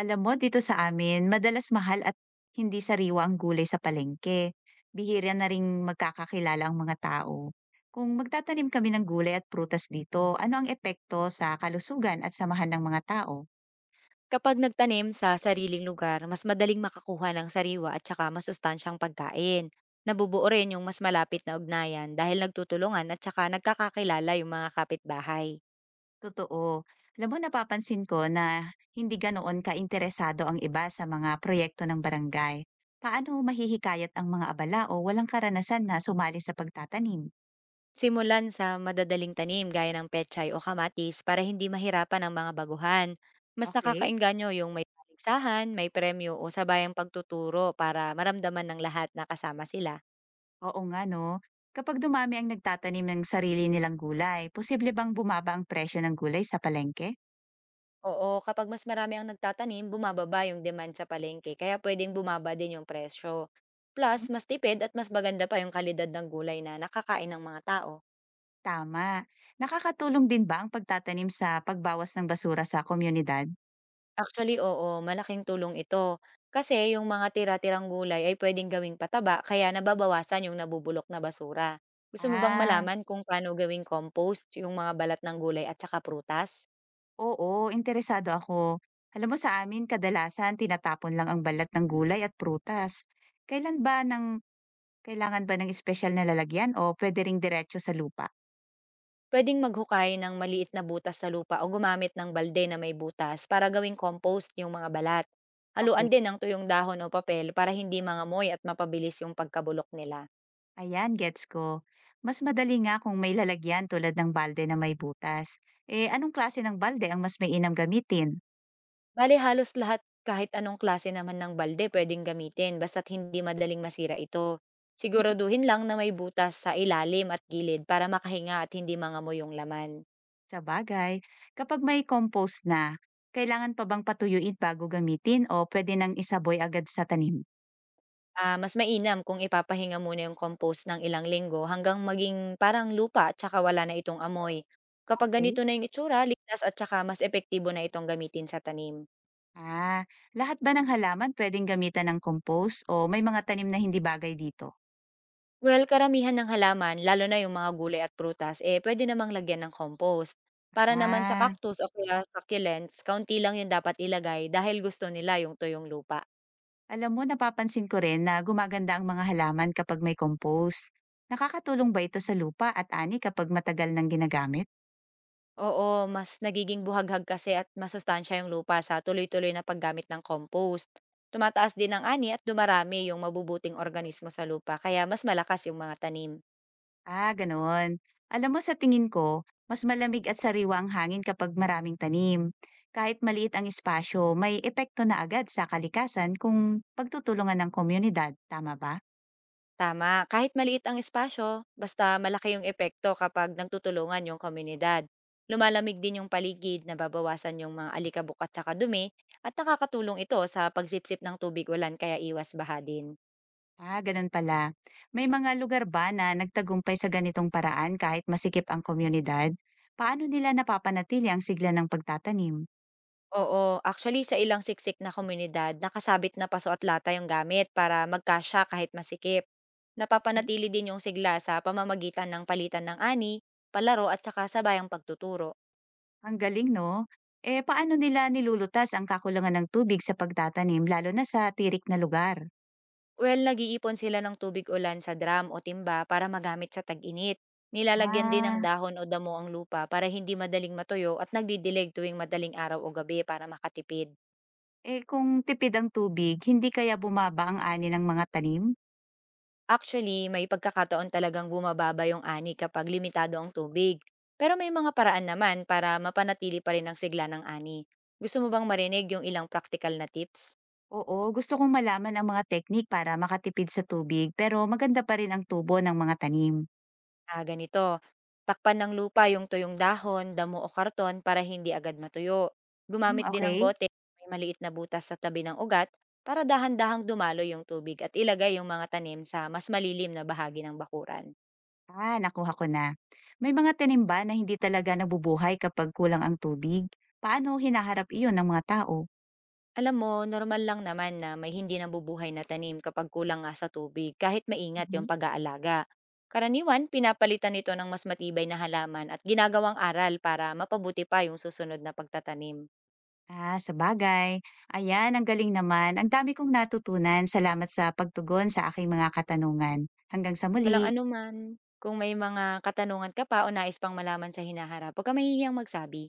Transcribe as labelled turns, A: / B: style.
A: Alam mo, dito sa amin, madalas mahal at hindi sariwa ang gulay sa palengke. Bihira na rin magkakakilala ang mga tao. Kung magtatanim kami ng gulay at prutas dito, ano ang epekto sa kalusugan at samahan ng mga tao?
B: Kapag nagtanim sa sariling lugar, mas madaling makakuha ng sariwa at saka masustansyang pagkain. Nabubuo rin yung mas malapit na ugnayan dahil nagtutulungan at saka nagkakakilala yung mga kapitbahay.
A: Totoo. Alam mo, napapansin ko na hindi ganoon ka-interesado ang iba sa mga proyekto ng barangay. Paano mahihikayat ang mga abala o walang karanasan na sumali sa pagtatanim?
B: Simulan sa madadaling tanim gaya ng pechay o kamatis para hindi mahirapan ang mga baguhan. Mas
A: Okay?
B: nakakainganyo yung may paligsahan, may premyo o sabayang pagtuturo para maramdaman ng lahat na kasama sila.
A: Oo nga no. Kapag dumami ang nagtatanim ng sarili nilang gulay, posible bang bumaba ang presyo ng gulay sa palengke?
B: Oo, kapag mas marami ang nagtatanim, bumababa yung demand sa palengke, kaya pwedeng bumaba din yung presyo. Plus,
A: Hmm,
B: mas tipid at mas maganda pa yung kalidad ng gulay na nakakain ng mga tao.
A: Tama. Nakakatulong din ba ang pagtatanim sa pagbawas ng basura sa komunidad?
B: Actually, oo, malaking tulong ito. Kasi yung mga tira-tirang gulay ay pwedeng gawing pataba, kaya nababawasan yung nabubulok na basura. Gusto mo bang
A: Ah,
B: malaman kung paano gawing compost yung mga balat ng gulay at saka prutas?
A: oo, interesado ako. Alam mo sa amin, kadalasan tinatapon lang ang balat ng gulay at prutas. Kailan ba ng, kailangan ba ng espesyal na lalagyan o pwede ring diretso sa lupa?
B: Puwedeng maghukay ng maliit na butas sa lupa o gumamit ng balde na may butas para gawing compost yung mga balat. Haluan
A: Okay.
B: din ng tuyong dahon o papel para hindi mangamoy at mapabilis yung pagkabulok nila.
A: Ayan, gets ko. Mas madali nga kung may lalagyan tulad ng balde na may butas. Eh, anong klase ng balde ang mas mainam gamitin?
B: Bale halos lahat kahit anong klase naman ng balde pwedeng gamitin basta't hindi madaling masira ito. Siguraduhin lang na may butas sa ilalim at gilid para makahinga at hindi mangamoy yung laman.
A: Sa bagay, kapag may compost na, kailangan pa bang patuyuin bago gamitin o pwede nang isaboy agad sa tanim?
B: Ah, mas mainam kung ipapahinga muna yung compost ng ilang linggo hanggang maging parang lupa at saka wala na itong amoy. Kapag
A: Okay.
B: ganito na yung itsura, ligtas at saka mas epektibo na itong gamitin sa tanim.
A: Ah, lahat ba ng halaman pwedeng gamitan ng compost o may mga tanim na hindi bagay dito?
B: Well, karamihan ng halaman, lalo na yung mga gulay at prutas, eh pwede namang lagyan ng compost. Para naman sa
A: Ah,
B: cactus o kaya succulents, kaunti lang yung dapat ilagay dahil gusto nila yung tuyong lupa.
A: alam mo, napapansin ko rin na gumaganda ang mga halaman kapag may compost. Nakakatulong ba ito sa lupa at ani kapag matagal nang ginagamit?
B: Oo, mas nagiging buhaghag kasi at masustansya yung lupa sa tuloy-tuloy na paggamit ng compost. Tumataas din ang ani at dumarami yung mabubuting organismo sa lupa kaya mas malakas yung mga tanim.
A: Ah, ganoon. Alam mo sa tingin ko, mas malamig at sariwa ang hangin kapag maraming tanim. Kahit maliit ang espasyo, may epekto na agad sa kalikasan kung pagtutulungan ng komunidad, tama ba?
B: Tama, kahit maliit ang espasyo, basta malaki yung epekto kapag nagtutulungan yung komunidad. Lumalamig din yung paligid, nababawasan yung mga alikabok at saka dumi, at nakakatulong ito sa pagsipsip ng tubig ulan kaya iwas baha din.
A: Ah, ganun pala. May mga lugar ba na nagtagumpay sa ganitong paraan kahit masikip ang komunidad? Paano nila napapanatili ang sigla ng pagtatanim?
B: Oo, actually sa ilang siksik na komunidad, nakasabit na paso at lata yung gamit para magkasya kahit masikip.
A: Hmm,
B: Napapanatili din yung sigla sa pamamagitan ng palitan ng ani, palaro at saka sabayang pagtuturo.
A: Ang galing, no? Eh, paano nila nilulutas ang kakulangan ng tubig sa pagtatanim, lalo na sa tirik na lugar?
B: Well, nag-iipon sila ng tubig ulan sa drum o timba para magamit sa tag-init. Nilalagyan din ng
A: Ah,
B: dahon o damo ang lupa para hindi madaling matuyo at nagdidilig tuwing madaling araw o gabi para makatipid.
A: eh, kung tipid ang tubig, hindi kaya bumaba ang ani ng mga tanim?
B: Actually, may pagkakataon talagang bumababa yung ani kapag limitado ang tubig. Pero may mga paraan naman para mapanatili pa rin ang sigla ng ani. Gusto mo bang marinig yung ilang practical na tips?
A: Oo, gusto kong malaman ang mga teknik para makatipid sa tubig pero maganda pa rin ang tubo ng mga tanim.
B: Ah, ganito. Takpan ng lupa yung tuyong dahon, damo o karton para hindi agad matuyo.
A: Hmm,
B: Gumamit din ng
A: okay.
B: bote, may maliit na butas sa tabi ng ugat para dahan-dahang dumalo yung tubig at ilagay yung mga tanim sa mas malilim na bahagi ng bakuran.
A: Ah, nakuha ko na. May mga tanim ba na hindi talaga nabubuhay kapag kulang ang tubig? Paano hinaharap iyon ng mga tao?
B: Alam mo, normal lang naman na may hindi nabubuhay na tanim kapag kulang nga sa tubig kahit maingat yung
A: Mhm.
B: pag-aalaga. Karaniwan, pinapalitan nito ng mas matibay na halaman at ginagawang aral para mapabuti pa yung susunod na pagtatanim.
A: Ah, sabagay. Ayan, ang galing naman. Ang dami kong natutunan. Salamat sa pagtugon sa aking mga katanungan. Hanggang sa muli.
B: Walang anuman, kung may mga katanungan ka pa o nais pang malaman sa hinaharap, huwag ka mahihiyang magsabi.